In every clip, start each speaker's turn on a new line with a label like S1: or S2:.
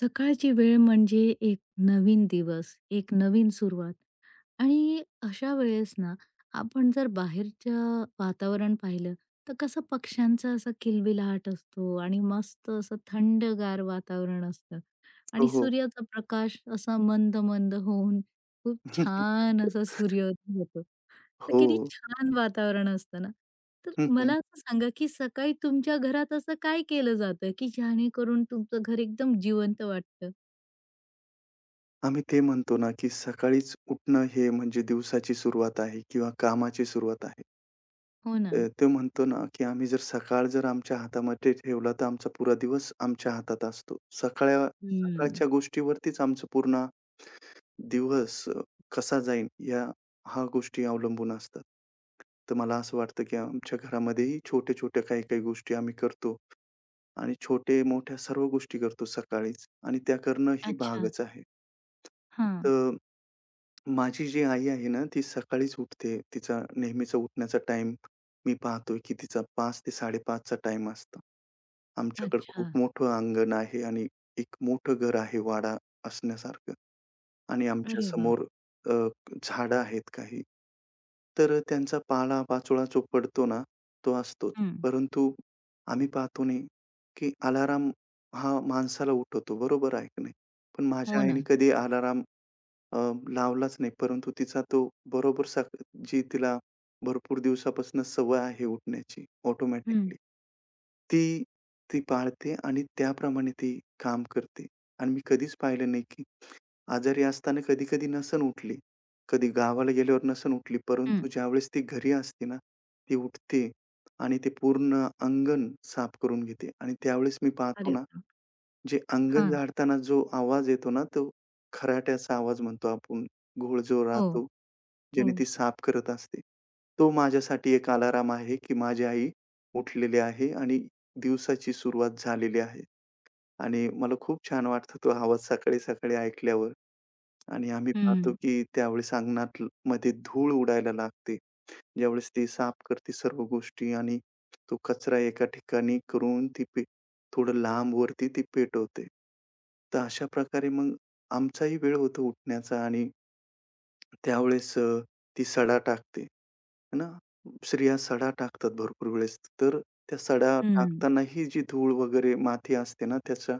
S1: सकाळची वेळ म्हणजे एक नवीन दिवस, एक नवीन सुरुवात आणि अशा वेळेस ना, आपण जर बाहेरचं वातावरण पाहिलं, तर कसं पक्ष्यांचा असा किलबिलाट असतो आणि मस्त असं थंडगार वातावरण असतं
S2: हो,
S1: आणि
S2: हो.
S1: सूर्याचा प्रकाश असा मंद-मंद होऊन खूप छान असा सूर्योदय होतो. तर
S2: हो.
S1: किती छान वातावरण असतं ना. तर
S2: हं, हं.
S1: मला असं सांगा, की सकाळी तुमच्या घरात असं काय केलं जातं, की जेणेकरून तुमचं घर एकदम जिवंत वाटतं?
S2: आम्ही ते म्हणतो ना, की सकाळीच उठणं हे म्हणजे दिवसाची सुरुवात आहे किंवा कामाची सुरुवात आहे.
S1: हो ना.
S2: तो म्हणतो ना, की आम्ही जर सकाळ जर आमच्या हातामध्ये ठेवला, तर आमचा पुरा दिवस आमच्या हातात असतो. सकाळ्या
S1: हम्म.
S2: सकाळच्या गोष्टीवरतीच आमचं पूर्ण दिवस कसा जाईल ह्या गोष्टी अवलंबून असतात. तर मला असं वाटतं, की आमच्या घरामध्येही छोट्या-छोट्या काही-काही गोष्टी आम्ही करतो. आणि छोटे-मोठ्या सर्व गोष्टी करतो सकाळीच आणि त्या करणं ही
S1: अच्छा.
S2: भागच आहे.
S1: हां.
S2: तर माझी जी आई आहे ना, ती सकाळीच उठते. तिचा नेहमीचा उठण्याचा टाइम मी पाहतोय, की तिचा 5:00 ते 5:30 चा टाईम असतो. आमच्याकडे
S1: अच्छा.
S2: खूप मोठं अंगण आहे आणि एक मोठं घर आहे वाडा असण्यासारखं. आणि
S1: अरे वाह!
S2: आमच्यासमोर अ, झाडं आहेत काही. तर त्यांचा पाला-पाचोळा जो पडतो ना, तो असतोच.
S1: हं.
S2: परंतु आम्ही पाहतो नाही, की अलार्म हा माणसाला उठवतो. बरोबर आहे की नाही? पण माझ्या
S1: हो ना.
S2: आईने कधी अलार्म अ, लावलाच नाही. परंतु तिचा तो बरोबर जी तिला भरपूर दिवसापासून सवय आहे उठण्याची
S1: हं,
S2: ऑटोमॅटिकली. ती ती पाळते आणि त्याप्रमाणे ती काम करते. आणि मी कधीच पाहिलं नाही, की आजारी असताना कधी-कधी नसन उठली. कधी गावाला गेल्यावर नसन उठली.
S1: हं.
S2: परंतु ज्यावेळेस ती घरी असते ना, ती उठते आणि ते पूर्ण अंगण साफ करून घेते आणि त्यावेळेस मी पाहतो
S1: अरे
S2: ना,
S1: वाह!
S2: जे अंगण
S1: हां.
S2: झाडताना जो आवाज येतो ना, तो खराट्याचा आवाज म्हणतो आपण. घोळ जो
S1: हो,
S2: राहतो,
S1: हो.
S2: ज्याने ती साफ करत असते. तो माझ्यासाठी एक अलार्म आहे, की माझी आई उठलेली आहे आणि दिवसाची सुरुवात झालेली आहे आणि मला खूप छान वाटतं तो आवाज सकाळी-सकाळी ऐकल्यावर. आणि आम्ही पाहतो
S1: हं,
S2: की त्यावेळेस अंगणात मध्ये धूळ उडायला लागते. ज्यावेळेस ती साफ करते सर्व गोष्टी आणि तो कचरा एका ठिकाणी करून ती पे थोडं लांब वरती ती पेटवते. तर अशा प्रकारे मग आमचाही वेळ होतो उठण्याचा आणि त्यावेळेस ती सडा टाकते, है ना? स्त्रिया सडा टाकतात भरपूर वेळेस. तर त्या सडा
S1: हं.
S2: टाकतानाही जी धूळ वगैरे माती असते ना, त्याचा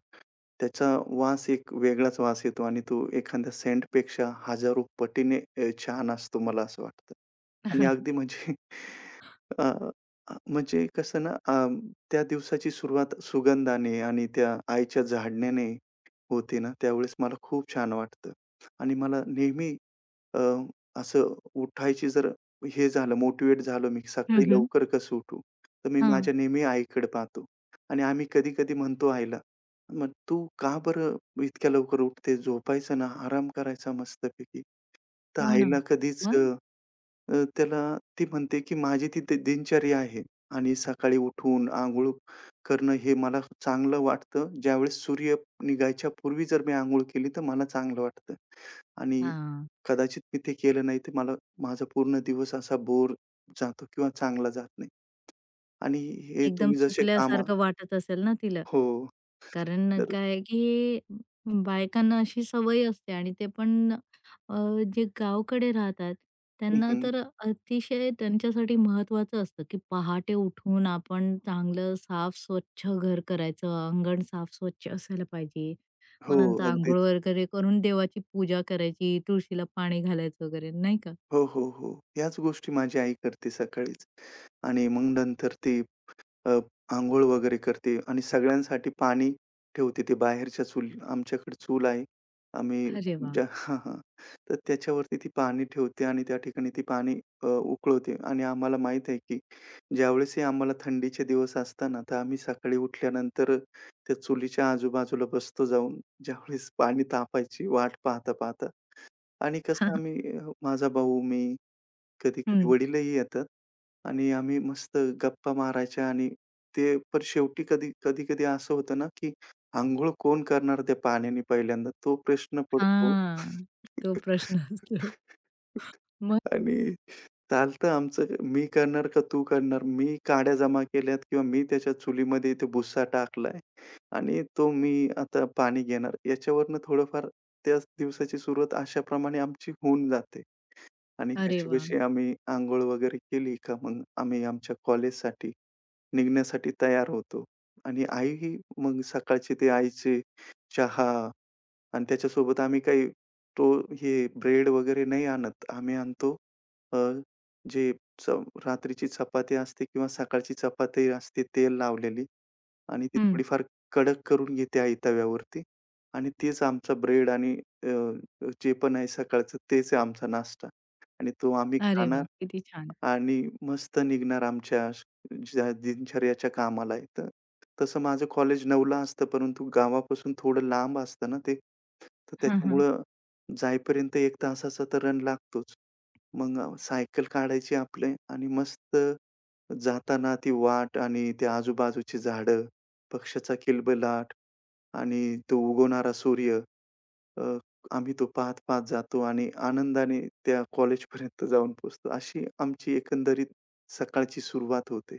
S2: त्याचा वास एक वेगळाच वास येतो आणि तो एखाद्या सेंटपेक्षा हजारो पटीने छान असतो मला असं वाटतं. आणि अगदी
S1: अच्छा.
S2: म्हणजे अ, अ, म्हणजे कसं ना त्या दिवसाची सुरुवात सुगंधाने आणि त्या आईच्या झाडण्याने होते ना, त्यावेळेस मला खूप छान वाटतं. आणि मला नेहमी अ, असं उठायची जर हे झालं, मोटिव्हेट झालो मी,
S1: हं,
S2: सकाळी
S1: हं.
S2: लवकर कसं उठू? तर मी माझ्या नेहमी आईकडे पाहतो. आणि आम्ही कधी-कधी म्हणतो आईला, "मग तू का बरं इतक्या लवकर उठते? झोपायचं ना, आराम करायचा मस्तपैकी." तर
S1: हो ना.
S2: आईला कधीच अ,
S1: मग?
S2: अ, त्याला ती म्हणते, की माझी ती दिनचर्या आहे आणि सकाळी उठून अंघोळ करणं हे मला चांगलं वाटतं. ज्यावेळेस सूर्य निघायच्या पूर्वी जर मी अंघोळ केली, तर मला चांगलं वाटतं आणि
S1: हां.
S2: कदाचित मी ते केलं नाही, तर मला माझा पूर्ण दिवस असा बोर जातो किंवा चांगला जात नाही आणि हे
S1: एकदम
S2: तुम्ही जसे कामा
S1: चुकल्यासारखं वाटत असेल ना तिला.
S2: हो,
S1: कारण
S2: तर
S1: काय आहे की बायकांना अशी सवय असते आणि ते पण अ, जे गावाकडे राहतात त्यांना
S2: हं,
S1: तर अतिशय त्यांच्यासाठी महत्वाचं असतं की पहाटे उठून आपण चांगलं साफ स्वच्छ घर करायचं, अंगण साफ स्वच्छ असायला पाहिजे.
S2: हो,
S1: मग नंतर अंघोळ
S2: अगदीच.
S1: वगैरे करून देवाची पूजा करायची, तुळशीला पाणी घालायचं वगैरे नाही का?
S2: हो, हो, हो. याच गोष्टी माझी आई करते सकाळीच आणि मग नंतर ती अ, अंघोळ वगैरे करते आणि सगळ्यांसाठी पाणी ठेवते ती बाहेरच्या चूल आमच्याकडे चूल आहे. आम्ही
S1: अरे वाह!
S2: ज्या हां, हां. तर त्याच्यावरती ती पाणी ठेवते आणि त्या ठिकाणी ती पाणी उकळवते आणि आम्हाला माहीत आहे, की ज्यावेळेसही आम्हाला थंडीचे दिवस असताना, तर आम्ही सकाळी उठल्यानंतर त्या चुलीच्या आजूबाजूला बसतो जाऊन, ज्यावेळेस पाणी तापायची वाट पाहता-पाहता आणि कसं आम्ही माझा भाऊ, मी कधी-कधी
S1: हं.
S2: वडीलही येतात आणि आम्ही मस्त गप्पा मारायच्या आणि ते पण शेवटी कधी-कधी असं होतं ना, की अंघोळ कोण करणार त्या पाण्याने पहिल्यांदा तो प्रश्न पडतो.
S1: हां. तो प्रश्न असतो. मग?
S2: आणि चालतं आमचं मी करणार का तू करणार? मी काड्या जमा केल्यात किंवा मी त्याच्या चुलीमध्ये इथे भुस्सा टाकलाय आणि तो मी आता पाणी घेणार. याच्यावरनं थोडंफार त्याच दिवसाची सुरुवात अशाप्रमाणे आमची होऊन जाते. आणि
S1: अरे वा,
S2: कशीबशी आम्ही अंघोळ वगैरे केली का मग आम्ही आमच्या कॉलेजसाठी निघण्यासाठी तयार होतो आणि आई ही मग सकाळचे ते आईचे चहा आणि त्याच्यासोबत आम्ही काही तो हे ब्रेड वगैरे नाही आणत. आम्ही आणतो अ, जे च रात्रीची चपाती असते किंवा सकाळची चपाती असते तेल लावलेली आणि ती
S1: हं.
S2: थोडीफार कडक करून घेते आई तव्यावरती आणि तेच आमचा ब्रेड आणि अ, जे पण आहे सकाळचं तेच आहे आमचा नाश्ता आणि तो आम्ही
S1: अरे
S2: खाणार
S1: वाह! किती छान.
S2: आणि मस्त निघणार आमच्या ज्या दिनचर्याच्या कामाला आहे. तर तसं माझं कॉलेज 9ला असतं, परंतु गावापासून थोडं लांब असतं ना ते. तर
S1: हां, हां.
S2: त्याच्यामुळं जाईपर्यंत एक तासाचा तर रन लागतोच. मग सायकल काढायची आपली आणि मस्त जाताना ती वाट आणि ते आजूबाजूची झाडं, पक्ष्याचा किलबिलाट आणि तो उगवणारा सूर्य अ, आम्ही तो पाहत-पाहत जातो आणि आनंदाने त्या कॉलेजपर्यंत जाऊन पोहोचतो. अशी आमची एकंदरीत सकाळची सुरुवात होते.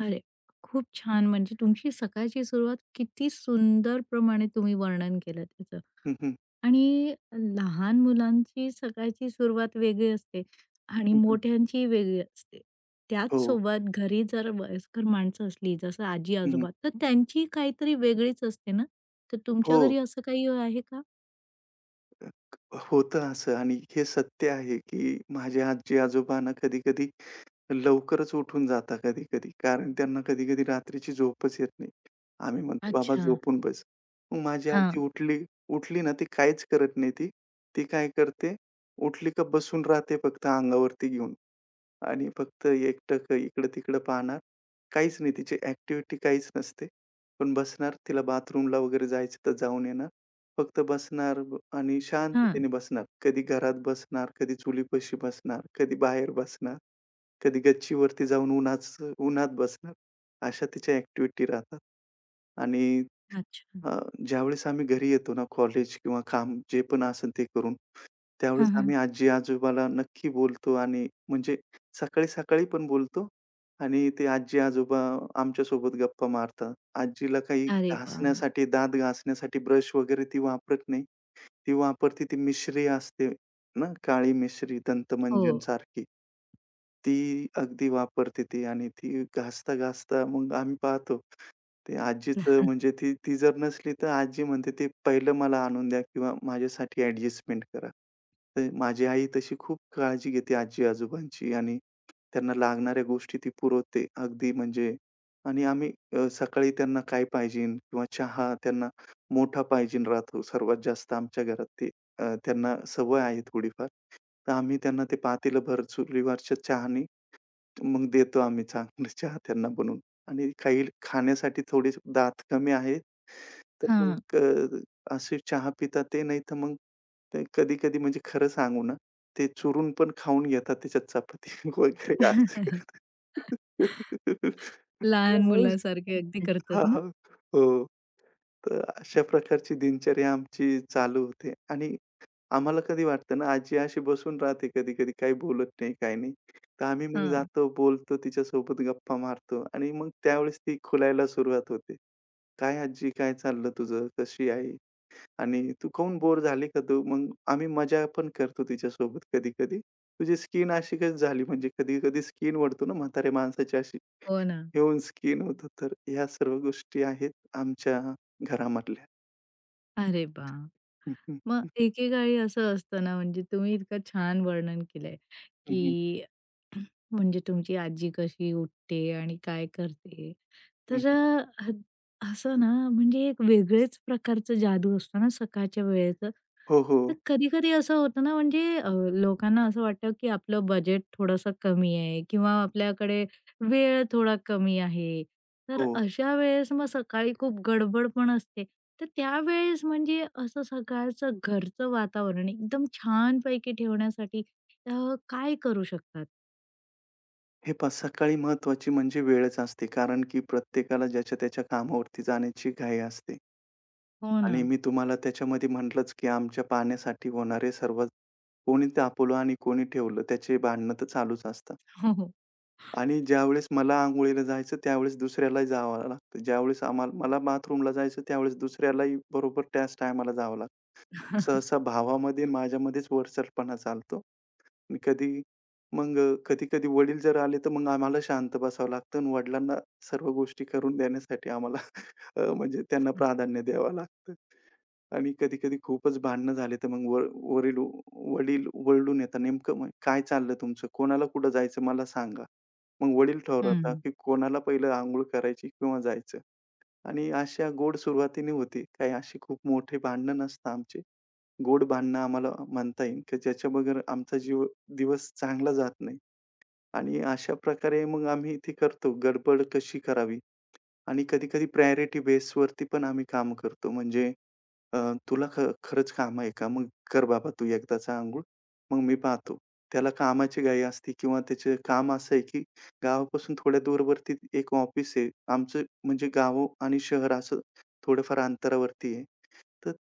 S1: अरे, खूप छान म्हणजे तुमची सकाळची सुरुवात किती सुंदर प्रमाणे तुम्ही वर्णन केलं त्याचं.
S2: हं, हं.
S1: आणि लहान मुलांची सकाळची सुरुवात वेगळी असते आणि
S2: हं, हं.
S1: मोठ्यांची वेगळी असते.
S2: हो.
S1: त्याचसोबत घरी जर वयस्कर माणसं असली, जसं
S2: हं, हं.
S1: आजी-आजोबा, तर त्यांची काहीतरी वेगळीच असते ना? तर तुमच्या
S2: हो.
S1: घरी असं काही आहे का?
S2: अ, होतं असं आणि हे सत्य आहे, की माझे आजी-आजोबा ना कधी-कधी लवकरच उठून जातात कधी-कधी. कारण त्यांना कधी-कधी रात्रीची झोपच येत नाही. आम्ही म्हणतो, "बाबा
S1: अच्छा.
S2: झोपून बस." मग माझी
S1: हां,
S2: आजी उठली. उठली ना ती काहीच करत नाही ती. ती काय करते, उठली का बसून राहते फक्त अंगावरती घेऊन. आणि फक्त एकटक इकडं-तिकडं पाहणार. काहीच नाही तिची ॲक्टिव्हिटी काहीच नसते. पण बसणार, तिला बाथरूमला वगैरे जायचं तर जाऊन येणार. फक्त बसणार आणि
S1: हां.
S2: शांततेने बसणार. कधी घरात बसणार, कधी चुलीपाशी बसणार, कधी बाहेर बसणार, कधी गच्चीवरती जाऊन उन्हाचं उन्हात बसणार. अशा तिच्या ॲक्टिव्हिटी राहतात. आणि
S1: अच्छा.
S2: अ, ज्यावेळेस आम्ही घरी येतो ना, कॉलेज किंवा काम जे पण असेल ते करून,
S1: हां,
S2: त्यावेळेस
S1: हां.
S2: आम्ही आजी-आजोबाला नक्की बोलतो आणि म्हणजे सकाळी-सकाळी पण बोलतो आणि ते आजी-आजोबा आमच्यासोबत गप्पा मारतात. आजीला काही
S1: अरे वाह!
S2: घासण्यासाठी, दात घासण्यासाठी ब्रश वगैरे ती वापरत नाही. ती वापरते ती मिश्री असते ना, काळी मिश्री
S1: हो.
S2: दंतमंजनसारखी. ती अगदी वापरते ती आणि ती घासता-घासता मग आम्ही पाहतो ते आजीचं म्हणजे ती ती जर नसली तर आजी म्हणते, "ते पहिलं मला आणून द्या किंवा माझ्यासाठी ॲडजस्टमेंट करा." तर माझी आई तशी खूप काळजी घेते आजी-आजोबांची आणि त्यांना लागणाऱ्या गोष्टी ती पुरवते. अगदी म्हणजे आणि आम्ही सकाळी त्यांना काय पाहिजेन किंवा चहा त्यांना मोठा पाहिजेन राहतो सर्वात जास्त आमच्या घरात ते. त्यांना सवय आहे थोडीफार. तर आम्ही त्यांना ते पातेलंभर चुलीवरच्या चहाने मग देतो आम्ही चांगलं चाहत्यांना बनवून आणि काही खाण्यासाठी थोडे दात कमी आहेत, तर
S1: हां.
S2: मग अशी चहा पितात ते. नाहीतर मग ते कधी-कधी म्हणजे खरं सांगू ना, ते चुरून पण खाऊन घेतात त्याच्यात चपाती वगैरे असं करतात.
S1: लहान मुलासारखे अगदी करतात
S2: हां,
S1: ना?
S2: हां. हो, तर अशा प्रकारची दिनचर्या आमची चालू होते आणि आम्हाला कधी वाटतं ना, आजी अशी बसून राहते कधी-कधी काही बोलत नाही, काही नाही. तर आम्ही मग
S1: हां.
S2: जातो, बोलतो तिच्यासोबत, गप्पा मारतो आणि मग त्यावेळेस ती खुलायला सुरुवात होते. "काय आजी, काय चाललं तुझं? कशी आहे? आणि तू काहून बोर झाली का तू?" मग आम्ही मजा पण करतो तिच्यासोबत कधी-कधी. "तुझी स्किन अशी कशी झाली?" म्हणजे कधी-कधी स्किन ओढतो ना म्हाताऱ्या माणसाची अशी
S1: हो ना.
S2: येऊन स्किन होतं. तर ह्या सर्व गोष्टी आहेत आमच्या घरामधल्या.
S1: अरे वाह! मग एकेकाळी असं असतं ना, म्हणजे तुम्ही इतकं छान वर्णन केलंय,
S2: हं, हं. हं, हं.
S1: की म्हणजे तुमची आजी कशी उठते आणि काय करते. तर असं ना, म्हणजे एक वेगळेच प्रकारचं जादू असतो ना सकाळच्या वेळेचं.
S2: हो, हो.
S1: तर कधी-कधी असं होतं ना, म्हणजे लोकांना असं वाटतं, की आपलं बजेट थोडंसं कमी आहे किंवा आपल्याकडे वेळ थोडा कमी आहे. तर
S2: हो.
S1: अशा वेळेस मग सकाळी खूप गडबड पण असते. तर त्यावेळेस म्हणजे असं सकाळचं घरचं वातावरण एकदम छानपैकी ठेवण्यासाठी काय करू शकतात?
S2: हे पहा सकाळी महत्त्वाची म्हणजे वेळच असते. कारण की प्रत्येकाला ज्याच्या-त्याच्या कामावरती जाण्याची घाई असते.
S1: हो ना.
S2: आणि मी तुम्हाला त्याच्यामध्ये म्हटलंच, की आमच्या पाण्यासाठी होणारे सर्व कोणी तापवलं आणि कोणी ठेवलं त्याचे भांडणं तर चालूच असतात.
S1: हो, हो.
S2: आणि ज्यावेळेस मला अंघोळीला जायचं त्यावेळेस दुसऱ्यालाही जावं लागतं. ज्यावेळेस आम्हाला मला बाथरूमला जायचं त्यावेळेस दुसऱ्यालाही बरोबर त्याच टायमाला जावं लागतं. सहसा भावामध्ये माझ्यामध्येच वरचढपणा चालतो. मी कधी मग कधी-कधी वडील जर आले, तर मग आम्हाला शांत बसावं लागतं आणि वडिलांना सर्व गोष्टी करून देण्यासाठी आम्हाला म्हणजे त्यांना प्राधान्य द्यावं लागतं. आणि कधी-कधी खूपच भांडणं झाले, तर मग व वरील वडील ओरडून येतात, "नेमकं मग काय चाललं तुमचं? कोणाला कुठं जायचं मला सांगा." मग वडील ठरवतात,
S1: हं.
S2: की कोणाला पहिलं अंघोळ करायची किंवा जायचं. आणि अशा गोड सुरुवातीने होते. काही अशी खूप मोठे भांडणं नसतं आमचे. गोड भांडणं आम्हाला म्हणता येईल, की ज्याच्या बगैर आमचा जीव दिवस चांगला जात नाही आणि अशा प्रकारे मग आम्ही ते करतो. गडबड कशी करावी? आणि कधी-कधी प्रायोरिटी बेसवरती पण आम्ही काम करतो. म्हणजे अ, "तुला खरंच काम आहे का? मग कर बाबा तू एकदाचा अंघोळ, मग मी पाहतो." त्याला कामाची घाई असते किंवा त्याचं काम असं आहे, की गावापासून थोड्या दूरवरती एक ऑफिस आहे. आमचं म्हणजे गाव आणि शहर असं थोडंफार अंतरावरती आहे. तर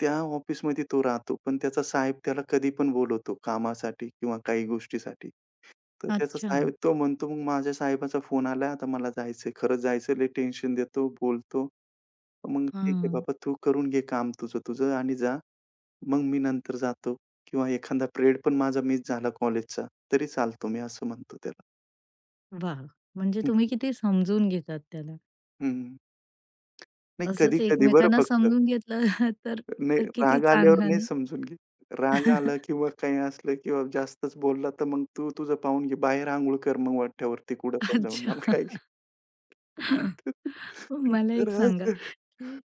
S2: त्या ऑफिसमध्ये तो राहतो. पण त्याचा साहेब त्याला कधी पण बोलवतो कामासाठी किंवा काही गोष्टीसाठी. तर त्याचा
S1: अच्छा.
S2: साहेब तो म्हणतो, "मग माझ्या साहेबाचा फोन आला, आता मला जायचंय." खरंच जायचं, लय टेन्शन देतो, बोलतो. मग "ठीक आहे
S1: हां.
S2: बाबा, तू करून घे काम तुझं तुझं आणि जा. मग मी नंतर जातो." किंवा एखादा पिरियड पण माझा मिस झाला कॉलेजचा, तरी चालतो मी असं म्हणतो त्याला.
S1: वाह! म्हणजे
S2: हं,
S1: तुम्ही किती समजून घेतात त्याला.
S2: हं. नाही
S1: असंच
S2: कधी-कधी बरं
S1: एकमेकांना
S2: फक्त.
S1: समजून घेतलं तर
S2: नाही
S1: तर किती
S2: राग आल्यावर
S1: चांगलं
S2: नाही
S1: ना?
S2: समजून घे. राग आला किंवा काही असलं किंवा जास्तच बोलला, तर मग तू तुझं पाहून घे. बाहेर अंघोळ कर मग वाट्यावरती कुठं पण जाऊन
S1: अच्छा.
S2: मला काही
S1: मला
S2: तर
S1: एक सांगा,
S2: असं
S1: की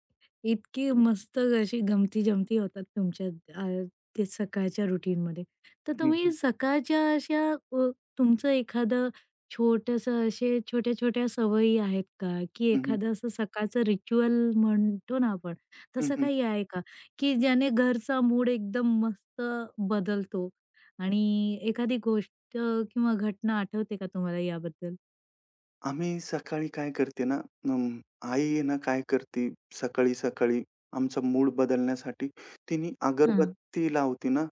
S1: इतकी मस्त अशी गमती-जमती होतात तुमच्या अ, ते सकाळच्या रुटीनमध्ये. तर तुम्ही
S2: हं.
S1: सकाळच्या अशा तुमचं एखादं छोटंसं असे छोट्या-छोट्या सवयी आहेत का? की
S2: हं, हं.
S1: एखादं असं सकाळचं रिच्युअल म्हणतो ना आपण,
S2: हं,
S1: तसं
S2: हं.
S1: काही आहे का? की ज्याने घरचा मूड एकदम मस्त बदलतो आणि एखादी गोष्ट किंवा घटना आठवते का तुम्हाला याबद्दल?
S2: आम्ही सकाळी काय करते ना, अं, आई आहे ना काय करते सकाळी-सकाळी आमचा मूड बदलण्यासाठी तिने
S1: हां.
S2: अगरबत्ती लावते ना,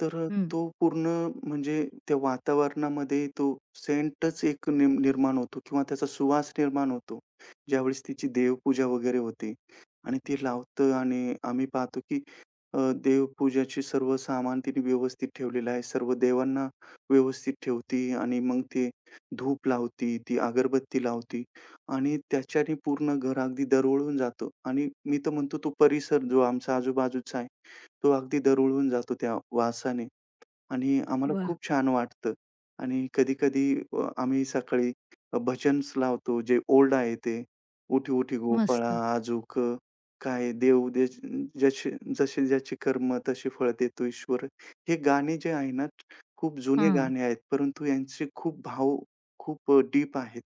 S2: तर
S1: हं.
S2: तो पूर्ण म्हणजे त्या वातावरणामध्ये तो सेंटच एक निर्माण होतो किंवा त्याचा सुवास निर्माण होतो. ज्यावेळेस तिची देवपूजा वगैरे होते आणि ती लावतं आणि आम्ही पाहतो की अ, देवपूजाची सर्व सामान तिने व्यवस्थित ठेवलेलं आहे. सर्व देवांना व्यवस्थित ठेवती आणि मग ते धूप लावती, ती अगरबत्ती लावती आणि त्याच्याने पूर्ण घर अगदी दरवळून जातं आणि मी तर म्हणतो तो परिसर जो आमचा आजूबाजूचा आहे, तो अगदी दरवळून जातो त्या वासाने. आणि आम्हाला
S1: वाह!
S2: खूप छान वाटतं. आणि कधी-कधी आम्ही सकाळी अ, लावतो जे ओल्ड आहे ते. "उठी, उठी गोपाळा
S1: मस्त.
S2: आजूक काय देव देश जसे जसे ज्याची कर्म तसे फळ देतो ईश्वर." हे गाणे जे आहे ना, खूप जुने
S1: हां.
S2: गाणे आहेत, परंतु यांचे खूप भाव खूप डीप आहेत.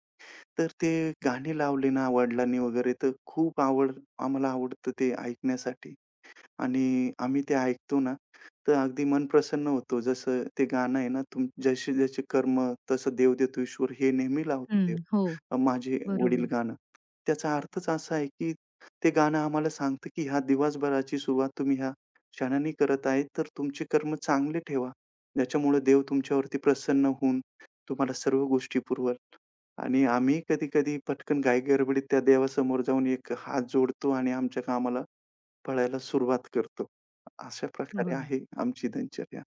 S2: तर ते गाणे लावले ना वडिलांनी वगैरे, तर खूप आवड आम्हाला आवडतं ते ऐकण्यासाठी. आणि आम्ही ते ऐकतो ना, तर अगदी मन प्रसन्न होतो. जसं ते गाणं आहे ना, तुम जसे जसे कर्म तसं देव देतो ईश्वर हे नेहमी लावतो
S1: हं,
S2: देव.
S1: हो,
S2: माझे वडील
S1: बरोबर.
S2: गाणं. त्याचा अर्थच असा आहे, की ते गाणं आम्हाला सांगतं, की ह्या दिवसभराची सुरुवात तुम्ही ह्या क्षणाने करत आहे, तर तुमचे कर्म चांगले ठेवा. ज्याच्यामुळे देव तुमच्यावरती प्रसन्न होऊन तुम्हाला सर्व गोष्टी पुरवेल. आणि आम्ही कधी-कधी पटकन घाई गडबडीत त्या देवासमोर जाऊन एक हात जोडतो आणि आमच्या कामाला पळायला सुरुवात करतो. अशा प्रकारे
S1: वा.
S2: आहे आमची दिनचर्या.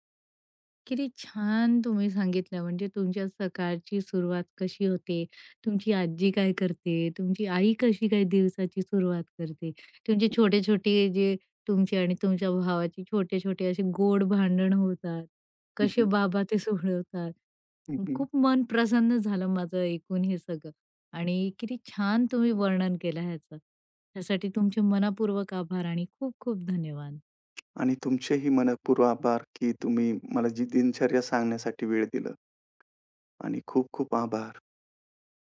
S1: किती छान तुम्ही सांगितलं म्हणजे तुमच्या सकाळची सुरुवात कशी होते, तुमची आजी काय करते, तुमची आई कशी काय दिवसाची सुरुवात करते, तुमचे छोटे-छोटे जे तुमचे आणि तुमच्या भावाचे छोटे-छोटे असे गोड भांडण होतात,
S2: हं,
S1: कसे
S2: हं.
S1: बाबा ते सोडवतात.
S2: हं, हं.
S1: खूप मन प्रसन्न झालं माझं ऐकून हे सगळं आणि किती छान तुम्ही वर्णन केलं ह्याचं. त्यासाठी तुमचे मनःपूर्वक आभार आणि खूप खूप धन्यवाद.
S2: आणि तुमचेही मनःपूर्व आभार, की तुम्ही मला जी दिनचर्या सांगण्यासाठी वेळ दिला आणि खूप खूप आभार.